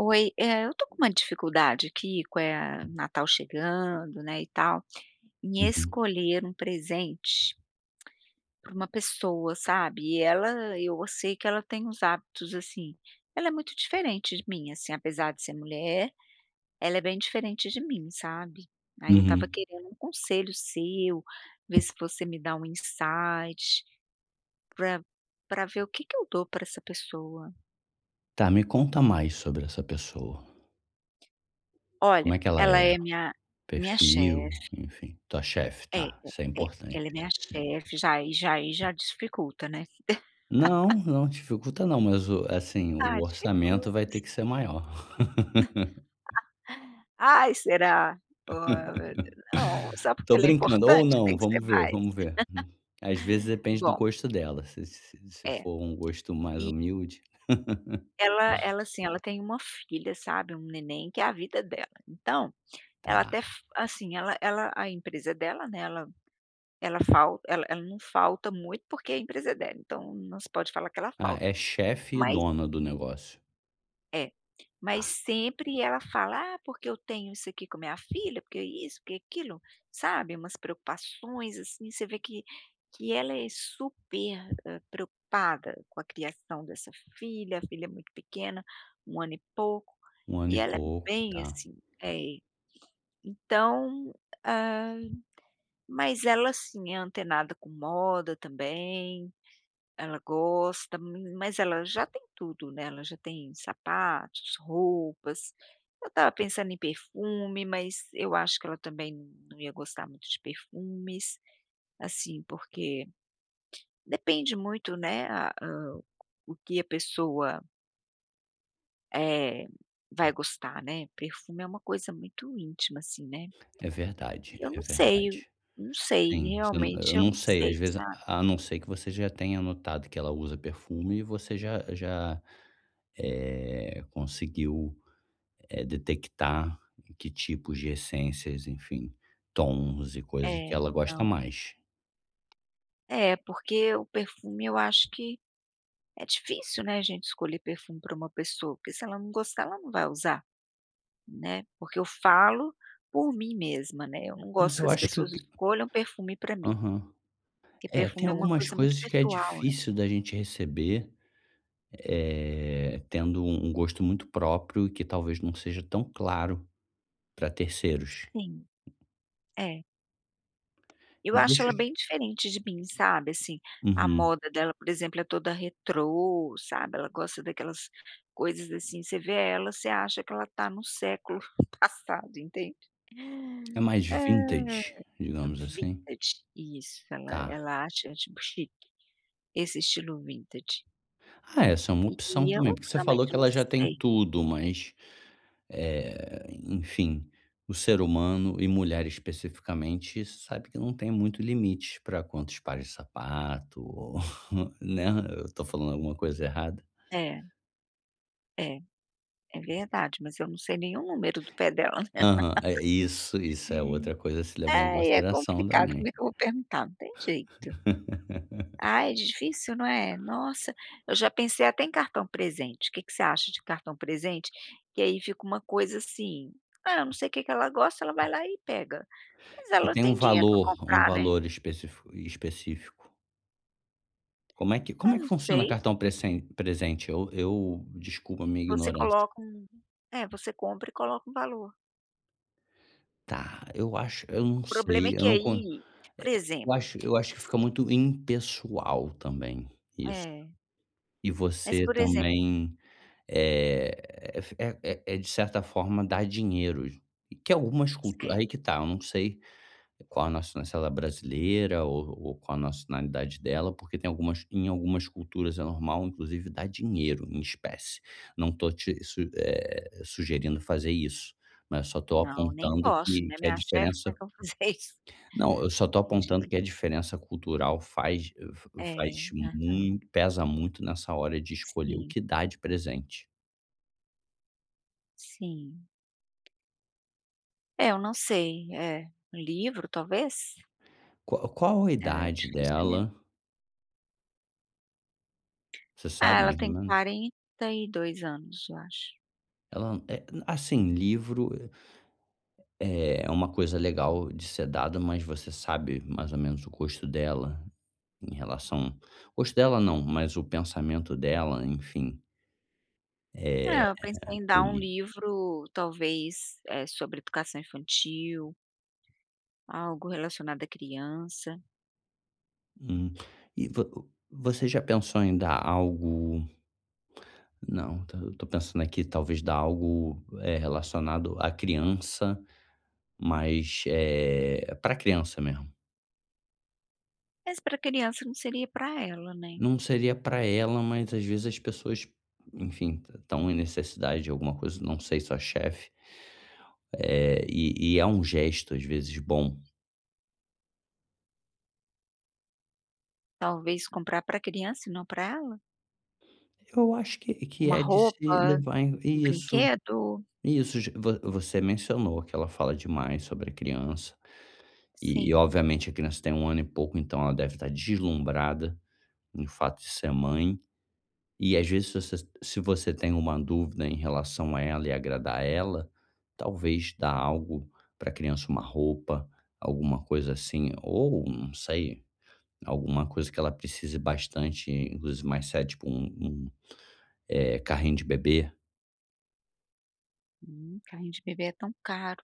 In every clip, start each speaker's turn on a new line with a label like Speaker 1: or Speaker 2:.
Speaker 1: Oi, eu tô com uma dificuldade aqui, com Natal chegando, né, e tal, em
Speaker 2: Uhum,
Speaker 1: escolher um presente para uma pessoa, sabe. E ela, eu sei que ela tem uns hábitos, assim. Ela é muito diferente de mim, assim, apesar de ser mulher, ela é bem diferente de mim, sabe. Aí eu tava
Speaker 2: uhum.
Speaker 1: querendo um conselho seu, ver se você me dá um insight para para ver o que que eu dou para essa pessoa.
Speaker 2: Tá, me conta mais sobre essa pessoa. Como
Speaker 1: Olha,
Speaker 2: é que ela
Speaker 1: ela
Speaker 2: é?
Speaker 1: é minha
Speaker 2: Perfil,
Speaker 1: chefe.
Speaker 2: enfim. Tua chefe,
Speaker 1: É,
Speaker 2: tá, isso é
Speaker 1: é, é. Ela é
Speaker 2: importante.
Speaker 1: minha chefe, já dificulta, né.
Speaker 2: Não, não dificulta não, mas o assim, o
Speaker 1: Ah,
Speaker 2: orçamento vai
Speaker 1: dificulta
Speaker 2: ter que ser
Speaker 1: sim.
Speaker 2: maior.
Speaker 1: Ai, será? Oh, não, só porque
Speaker 2: Tô
Speaker 1: ela é
Speaker 2: brincando, ou
Speaker 1: importante
Speaker 2: não,
Speaker 1: tem que ser
Speaker 2: vamos ver,
Speaker 1: mais?
Speaker 2: vamos ver. Às vezes depende do
Speaker 1: Bom,
Speaker 2: gosto dela, se
Speaker 1: é,
Speaker 2: for um gosto mais humilde.
Speaker 1: ela, assim, ela tem uma filha, sabe, um neném que é a vida dela. Então, ela
Speaker 2: Tá.
Speaker 1: até f assim, ela ela a empresa é dela, né, ela não falta muito, porque é a empresa é dela, então não se pode falar que ela
Speaker 2: Ah,
Speaker 1: falta.
Speaker 2: é chefe e
Speaker 1: Mas
Speaker 2: dona do negócio.
Speaker 1: é. Mas sempre ela fala: "Ah, porque eu tenho isso aqui com minha filha, porque isso, porque aquilo", sabe, umas preocupações, assim. Você vê que ela é super, preocupada com a criação dessa filha. A filha é muito pequena, um ano e pouco,
Speaker 2: Um ano
Speaker 1: e
Speaker 2: e
Speaker 1: ela é
Speaker 2: pouco,
Speaker 1: bem
Speaker 2: tá.
Speaker 1: assim, é. Então, hã, mas ela, assim, é antenada com moda também. Ela gosta, mas ela já tem tudo, né, ela já tem sapatos, roupas. Eu estava pensando em perfume, mas eu acho que ela também não ia gostar muito de perfumes, assim, porque depende muito, né, a o que a pessoa, eh, vai gostar, né. Perfume é uma coisa muito íntima, assim, né.
Speaker 2: É verdade,
Speaker 1: Eu
Speaker 2: é
Speaker 1: não sei, eu
Speaker 2: verdade.
Speaker 1: não sei,
Speaker 2: Sim, você não eu
Speaker 1: realmente eu
Speaker 2: não
Speaker 1: não
Speaker 2: sei,
Speaker 1: sei,
Speaker 2: às vezes,
Speaker 1: sabe.
Speaker 2: a não ser que você já tenha notado que ela usa perfume e você já conseguiu, detectar que tipos de essências, enfim, tons e coisas que
Speaker 1: É,
Speaker 2: ela gosta
Speaker 1: não.
Speaker 2: mais.
Speaker 1: É, porque o perfume eu acho que é difícil, né, gente, escolher perfume para uma pessoa, porque se ela não gostar, ela não vai usar, né, porque eu falo por mim mesma, né, eu não
Speaker 2: Mas
Speaker 1: gosto que
Speaker 2: eu
Speaker 1: as
Speaker 2: acho que o
Speaker 1: pessoas
Speaker 2: que
Speaker 1: escolham perfume para mim,
Speaker 2: Aham.
Speaker 1: porque
Speaker 2: É, tem
Speaker 1: perfume é uma
Speaker 2: algumas
Speaker 1: coisa muito
Speaker 2: coisas que é
Speaker 1: pessoal, né.
Speaker 2: difícil da gente receber, tendo um gosto muito próprio e que talvez não seja tão claro para terceiros.
Speaker 1: Sim, é. Eu
Speaker 2: E
Speaker 1: acho
Speaker 2: Deixa
Speaker 1: ela
Speaker 2: eu te
Speaker 1: bem diferente de mim, sabe, assim. A
Speaker 2: Uhum.
Speaker 1: moda dela, por exemplo, é toda retrô, sabe, ela gosta daquelas coisas assim. Você vê ela, você acha que ela está no século passado, entende.
Speaker 2: É mais
Speaker 1: É.
Speaker 2: vintage, digamos assim?
Speaker 1: Vintage, isso, ela
Speaker 2: Tá.
Speaker 1: ela acha, tipo, chique, esse estilo vintage.
Speaker 2: Ah, essa é uma opção
Speaker 1: E eu
Speaker 2: também, porque você falou
Speaker 1: realmente
Speaker 2: que
Speaker 1: não
Speaker 2: ela já tem
Speaker 1: sei.
Speaker 2: tudo, mas, enfim, o ser humano e mulher especificamente sabe que não tem muito limite para quantos pares de sapato ou, né, eu tô falando alguma coisa errada?
Speaker 1: É, é, é verdade, mas eu não sei nenhum número do pé dela.
Speaker 2: Aham, é isso, isso é outra coisa a se levar em
Speaker 1: Ai, é
Speaker 2: consideração
Speaker 1: complicado,
Speaker 2: também.
Speaker 1: como é que eu vou perguntar? Não tem jeito. Ai, é difícil, não é? Nossa, eu já pensei até em cartão presente. O que que você acha de cartão presente? Que aí fica uma coisa assim, ah, eu não sei o que que ela gosta, ela vai lá e pega. Mas
Speaker 2: E
Speaker 1: ela
Speaker 2: tem
Speaker 1: tem dinheiro para
Speaker 2: um
Speaker 1: comprar, né?
Speaker 2: valor específico. Como é que como é
Speaker 1: Eu
Speaker 2: que
Speaker 1: não
Speaker 2: funciona
Speaker 1: sei.
Speaker 2: cartão presente? Eu desculpa a minha
Speaker 1: Você
Speaker 2: ignorância.
Speaker 1: coloca um É, você compra e coloca um valor.
Speaker 2: Tá, eu
Speaker 1: O
Speaker 2: não
Speaker 1: problema é
Speaker 2: sei, eu
Speaker 1: que
Speaker 2: não con
Speaker 1: aí, por
Speaker 2: eu
Speaker 1: exemplo,
Speaker 2: acho que fica muito impessoal também, isso.
Speaker 1: é,
Speaker 2: E
Speaker 1: mas
Speaker 2: você
Speaker 1: por exemplo,
Speaker 2: também, eh, é é, de certa forma dar dinheiro, que é algumas culturas
Speaker 1: é,
Speaker 2: aí que tá, eu não sei qual a nacionalidade se ela é brasileira ou qual a nacionalidade dela, porque tem algumas em algumas culturas é normal, inclusive, dar dinheiro em espécie. Não tô te su eh, sugerindo fazer isso, mas só tô
Speaker 1: não, nem
Speaker 2: apontando
Speaker 1: posso, né,
Speaker 2: que é a
Speaker 1: minha chefe, como
Speaker 2: diferença.
Speaker 1: é que eu vou fazer isso?
Speaker 2: Não, eu só
Speaker 1: Não
Speaker 2: estou
Speaker 1: tem
Speaker 2: apontando
Speaker 1: jeito.
Speaker 2: que a diferença cultural
Speaker 1: É,
Speaker 2: faz
Speaker 1: aham.
Speaker 2: muito pesa muito nessa hora de escolher o
Speaker 1: Sim,
Speaker 2: que dar de presente.
Speaker 1: sim. É, eu não sei, é. Um livro, talvez?
Speaker 2: Qual a
Speaker 1: É
Speaker 2: idade
Speaker 1: difícil, né.
Speaker 2: dela? Você
Speaker 1: Ah,
Speaker 2: sabe
Speaker 1: ela
Speaker 2: mais ou
Speaker 1: tem
Speaker 2: menos?
Speaker 1: 42 anos, eu acho.
Speaker 2: Ela é assim, livro é uma coisa legal de ser dado, mas você sabe mais ou menos o gosto dela em relação gosto dela não, mas o pensamento dela, enfim, é
Speaker 1: É, eu pensei em dar um
Speaker 2: poli
Speaker 1: livro talvez, sobre educação infantil, algo relacionado à criança.
Speaker 2: hum. E vo Você já pensou em dar algo? Não, tá, eu tô pensando aqui talvez dar algo, relacionado à criança, mas, pra criança mesmo.
Speaker 1: Mas para criança não seria para ela, né.
Speaker 2: Não seria para ela, mas às vezes as pessoas, enfim, t estão em necessidade de alguma coisa, não sei, sua chefe, e é um gesto às vezes bom.
Speaker 1: Talvez comprar para criança e não para ela?
Speaker 2: Eu acho que
Speaker 1: Uma
Speaker 2: é de se
Speaker 1: roupa,
Speaker 2: levar em
Speaker 1: um brinquedo?
Speaker 2: isso, j vo você mencionou que ela fala demais sobre a criança, e
Speaker 1: Sim.
Speaker 2: obviamente a criança tem um ano e pouco, então ela deve estar deslumbrada no fato de ser mãe. E às vezes, se você tem uma dúvida em relação a ela e agradar ela, talvez dar algo para a criança, uma roupa, alguma coisa assim, ou não sei, alguma coisa que ela precise bastante, inclusive mais sério, tipo um carrinho de bebê.
Speaker 1: Carrinho de bebê é tão caro.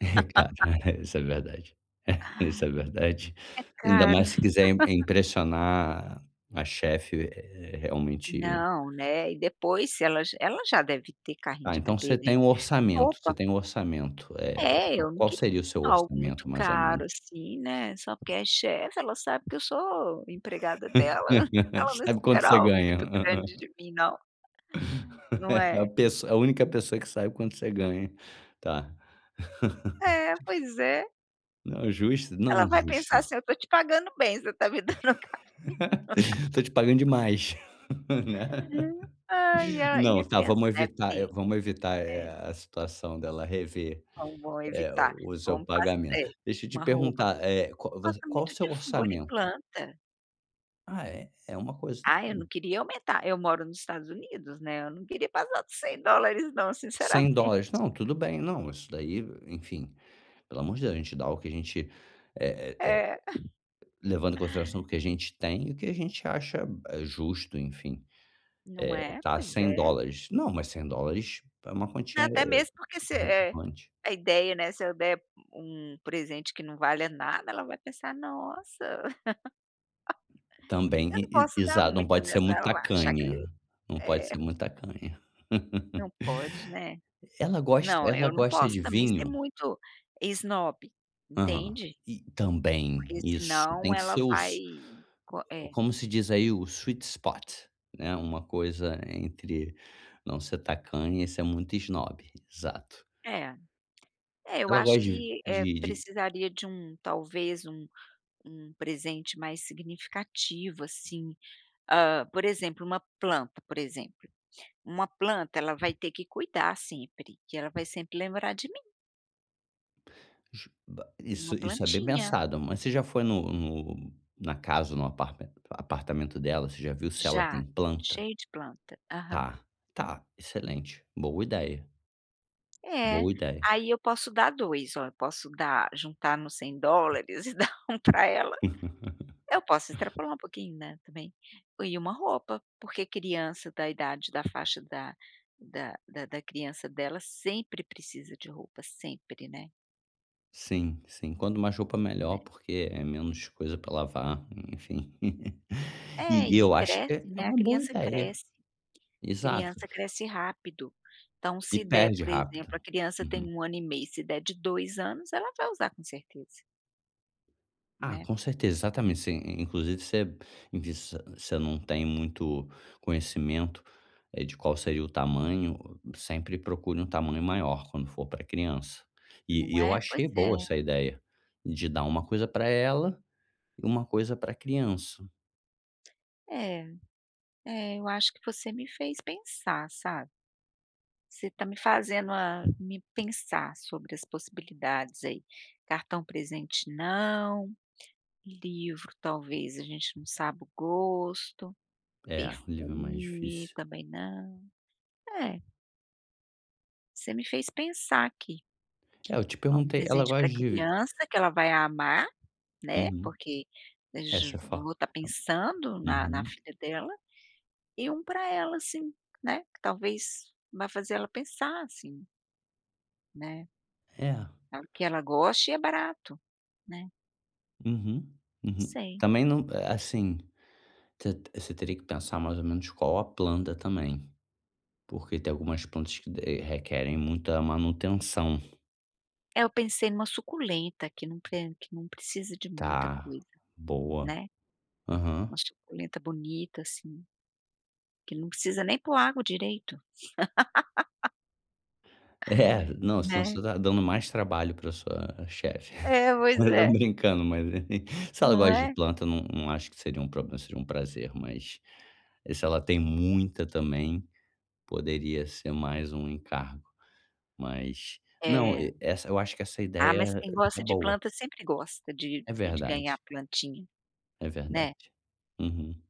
Speaker 2: É, cara, isso é verdade. Isso
Speaker 1: Ah,
Speaker 2: é verdade.
Speaker 1: é
Speaker 2: Ainda
Speaker 1: caro.
Speaker 2: mais se quiser im impressionar a chefe, realmente.
Speaker 1: Não, né, e depois, se ela já deve ter carrinho
Speaker 2: Ah,
Speaker 1: de
Speaker 2: então você
Speaker 1: bebê, né.
Speaker 2: tem um orçamento, você
Speaker 1: Roupa,
Speaker 2: tem um orçamento. Eh,
Speaker 1: é,
Speaker 2: qual
Speaker 1: eu não
Speaker 2: qual
Speaker 1: queria
Speaker 2: seria o seu
Speaker 1: algo muito
Speaker 2: orçamento, mais ou
Speaker 1: caro
Speaker 2: menos?
Speaker 1: assim, né, só porque é chefe. Ela sabe que eu sou empregada dela, ela não
Speaker 2: Sabe quanto
Speaker 1: espera
Speaker 2: você
Speaker 1: algo
Speaker 2: ganha.
Speaker 1: muito grande de mim, não, não
Speaker 2: A
Speaker 1: é?
Speaker 2: pessoa a única pessoa que sabe quanto você ganha. Tá.
Speaker 1: É, pois é.
Speaker 2: Não, justo.
Speaker 1: Ela
Speaker 2: Não,
Speaker 1: vai
Speaker 2: justo,
Speaker 1: pensar assim:
Speaker 2: justo.
Speaker 1: "Eu estou te pagando bem, você está me dando café".
Speaker 2: Tô te pagando demais, né.
Speaker 1: Ai, e a e
Speaker 2: Não,
Speaker 1: a
Speaker 2: tá,
Speaker 1: criança
Speaker 2: vamos
Speaker 1: deve
Speaker 2: evitar,
Speaker 1: ter,
Speaker 2: vamos evitar,
Speaker 1: né.
Speaker 2: a situação dela rever,
Speaker 1: Vão evitar,
Speaker 2: o seu
Speaker 1: vão pass é,
Speaker 2: pagamento. Deixa eu te
Speaker 1: uma roupa.
Speaker 2: perguntar,
Speaker 1: Gosta
Speaker 2: qual o
Speaker 1: muito de
Speaker 2: seu
Speaker 1: flor e
Speaker 2: orçamento?
Speaker 1: planta.
Speaker 2: Ah, é é uma coisa.
Speaker 1: Ah, eu não queria aumentar eu moro nos Estados Unidos, né, eu não queria passar dos 100 dólares, não,
Speaker 2: Cem
Speaker 1: sinceramente.
Speaker 2: dólares? Não, tudo bem. Não, isso daí, enfim, pelo amor de Deus, a gente dá o que a gente, eh eh eh,
Speaker 1: É.
Speaker 2: levando em consideração o que a gente tem e o que a gente acha, justo, enfim.
Speaker 1: Não é?
Speaker 2: Tá,
Speaker 1: Pois
Speaker 2: cem
Speaker 1: é.
Speaker 2: dólares. Não, mas $100 é uma quantia,
Speaker 1: Até mesmo porque se
Speaker 2: relevante.
Speaker 1: a ideia, né, se eu der um presente que não valha nada, ela vai pensar: "Nossa,
Speaker 2: Também,
Speaker 1: eu não
Speaker 2: e
Speaker 1: posso dar
Speaker 2: exato, não
Speaker 1: muito,
Speaker 2: pode
Speaker 1: né,
Speaker 2: ser
Speaker 1: senão
Speaker 2: muito
Speaker 1: ela vai achar que..."
Speaker 2: tacanha, não pode
Speaker 1: É,
Speaker 2: ser muito tacanha.
Speaker 1: não pode, né. Não,
Speaker 2: Ela
Speaker 1: eu não
Speaker 2: gosta
Speaker 1: posso
Speaker 2: de
Speaker 1: também ser
Speaker 2: vinho?
Speaker 1: muito snob,
Speaker 2: Aham.
Speaker 1: entende.
Speaker 2: E também,
Speaker 1: Porque
Speaker 2: isso,
Speaker 1: senão
Speaker 2: tem que
Speaker 1: ela
Speaker 2: ser o
Speaker 1: vai co é,
Speaker 2: como se diz aí, o sweet spot, né, uma coisa entre não ser tacanha e ser muito esnobe, exato.
Speaker 1: é. É, eu
Speaker 2: Ela
Speaker 1: acho
Speaker 2: gosta
Speaker 1: que,
Speaker 2: de
Speaker 1: precisaria de um, talvez um presente mais significativo, assim, por exemplo, uma planta, por exemplo. Uma planta ela vai ter que cuidar sempre, que ela vai sempre lembrar de mim,
Speaker 2: Ju ba, isso
Speaker 1: uma
Speaker 2: isso é bem
Speaker 1: plantinha,
Speaker 2: pensado, mas você já foi na casa no aparta apartamento dela, você já viu se ela
Speaker 1: já,
Speaker 2: tem planta?
Speaker 1: cheio de planta. Aham.
Speaker 2: Tá, tá, excelente, boa ideia,
Speaker 1: É,
Speaker 2: boa ideia.
Speaker 1: aí eu posso dar 2, ó, eu posso dar juntar nos 100 dólares e dar um para ela. Eu posso extrapolar um pouquinho, né, também. E uma roupa, porque criança da idade, da faixa da criança dela sempre precisa de roupa, sempre, né,
Speaker 2: Sim, sim. Quando uma roupa melhor,
Speaker 1: né.
Speaker 2: porque é menos coisa para lavar, enfim. E
Speaker 1: É, e
Speaker 2: eu acho que
Speaker 1: cresce,
Speaker 2: é
Speaker 1: né, a
Speaker 2: uma boa ideia, exato.
Speaker 1: criança cresce rápido. Então,
Speaker 2: E
Speaker 1: se der,
Speaker 2: perde
Speaker 1: por exemplo,
Speaker 2: rápido.
Speaker 1: a criança tem
Speaker 2: Uhum.
Speaker 1: um ano e meio, se der de 2 anos, ela vai usar com certeza,
Speaker 2: Ah,
Speaker 1: né.
Speaker 2: com certeza, exatamente, sim. inclusive você enfim, você não tem muito conhecimento, de qual seria o tamanho, sempre procure um tamanho maior quando for para criança. E
Speaker 1: Não
Speaker 2: eu
Speaker 1: é? Pois
Speaker 2: achei boa
Speaker 1: é.
Speaker 2: essa ideia, de dar uma coisa para ela e uma coisa para criança.
Speaker 1: É. É, eu acho que você me fez pensar, sabe. Você está me fazendo a me pensar sobre as possibilidades aí. Cartão presente, não. Livro, talvez, a gente não sabe o gosto.
Speaker 2: É, o livro é mais
Speaker 1: Perfume
Speaker 2: difícil.
Speaker 1: também não. É, você me fez pensar aqui.
Speaker 2: É, eu te
Speaker 1: É um
Speaker 2: perguntei ela
Speaker 1: presente
Speaker 2: gosta
Speaker 1: para
Speaker 2: de vi-.
Speaker 1: criança que ela vai amar, né,
Speaker 2: Uhum.
Speaker 1: porque eu
Speaker 2: É, você
Speaker 1: j
Speaker 2: fa
Speaker 1: vou estar pensando na
Speaker 2: uhum.
Speaker 1: filha dela, e um para ela, assim, né, que talvez vai fazer ela pensar, assim, né.
Speaker 2: É.
Speaker 1: É o que ela goste e é barato, né,
Speaker 2: Uhum,
Speaker 1: não
Speaker 2: uhum.
Speaker 1: sei.
Speaker 2: Também não, assim. Te Você teria que pensar mais ou menos qual a planta também, porque tem algumas plantas que de requerem muita manutenção.
Speaker 1: É, eu pensei numa suculenta que não precisa de muita
Speaker 2: Tá,
Speaker 1: coisa,
Speaker 2: boa.
Speaker 1: né,
Speaker 2: Aham.
Speaker 1: uma suculenta bonita, assim, que não precisa nem pôr água direito,
Speaker 2: É, não, senão
Speaker 1: né.
Speaker 2: você tá dando mais trabalho pra sua chefe.
Speaker 1: É, pois
Speaker 2: Eu tô
Speaker 1: é,
Speaker 2: brincando, mas assim, se ela
Speaker 1: não
Speaker 2: gosta de
Speaker 1: é?
Speaker 2: planta, não acho que seria um problema, seria um prazer, mas se ela tem muita também, poderia ser mais um encargo, mas não, e
Speaker 1: É.
Speaker 2: essa eu acho que essa
Speaker 1: Ah, mas
Speaker 2: ideia
Speaker 1: quem
Speaker 2: é
Speaker 1: gosta de
Speaker 2: boa,
Speaker 1: planta sempre gosta de
Speaker 2: é
Speaker 1: ganhar
Speaker 2: verdade.
Speaker 1: plantinha,
Speaker 2: É
Speaker 1: né.
Speaker 2: verdade. Uhum.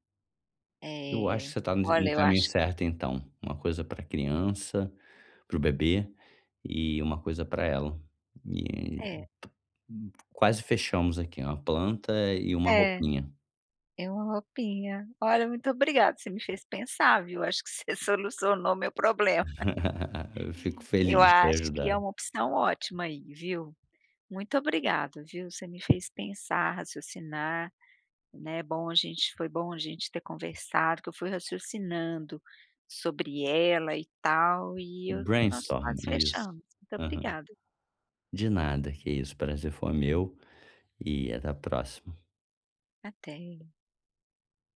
Speaker 2: Eu acho que
Speaker 1: Eh,
Speaker 2: você está no
Speaker 1: olha,
Speaker 2: no
Speaker 1: eu
Speaker 2: caminho
Speaker 1: acho que
Speaker 2: certo então, uma coisa pra criança, para o bebê, e uma coisa para ela. E
Speaker 1: é,
Speaker 2: quase fechamos aqui, uma planta e uma
Speaker 1: é,
Speaker 2: roupinha.
Speaker 1: é uma roupinha. Olha, muito obrigada, você me fez pensar, viu. Acho que você solucionou meu problema.
Speaker 2: Eu fico
Speaker 1: Eu
Speaker 2: feliz de ter
Speaker 1: acho que é
Speaker 2: ajudado.
Speaker 1: uma opção ótima aí, viu. Muito obrigada, viu. Você me fez pensar, raciocinar, né. Bom, a gente foi, bom a gente ter conversado, que eu fui raciocinando sobre ela e tal, e eu nós
Speaker 2: Brainstorm,
Speaker 1: quase
Speaker 2: é isso.
Speaker 1: fechamos. Muito
Speaker 2: Aham.
Speaker 1: obrigada.
Speaker 2: De nada, que isso, prazer foi meu, e até a próxima.
Speaker 1: Até.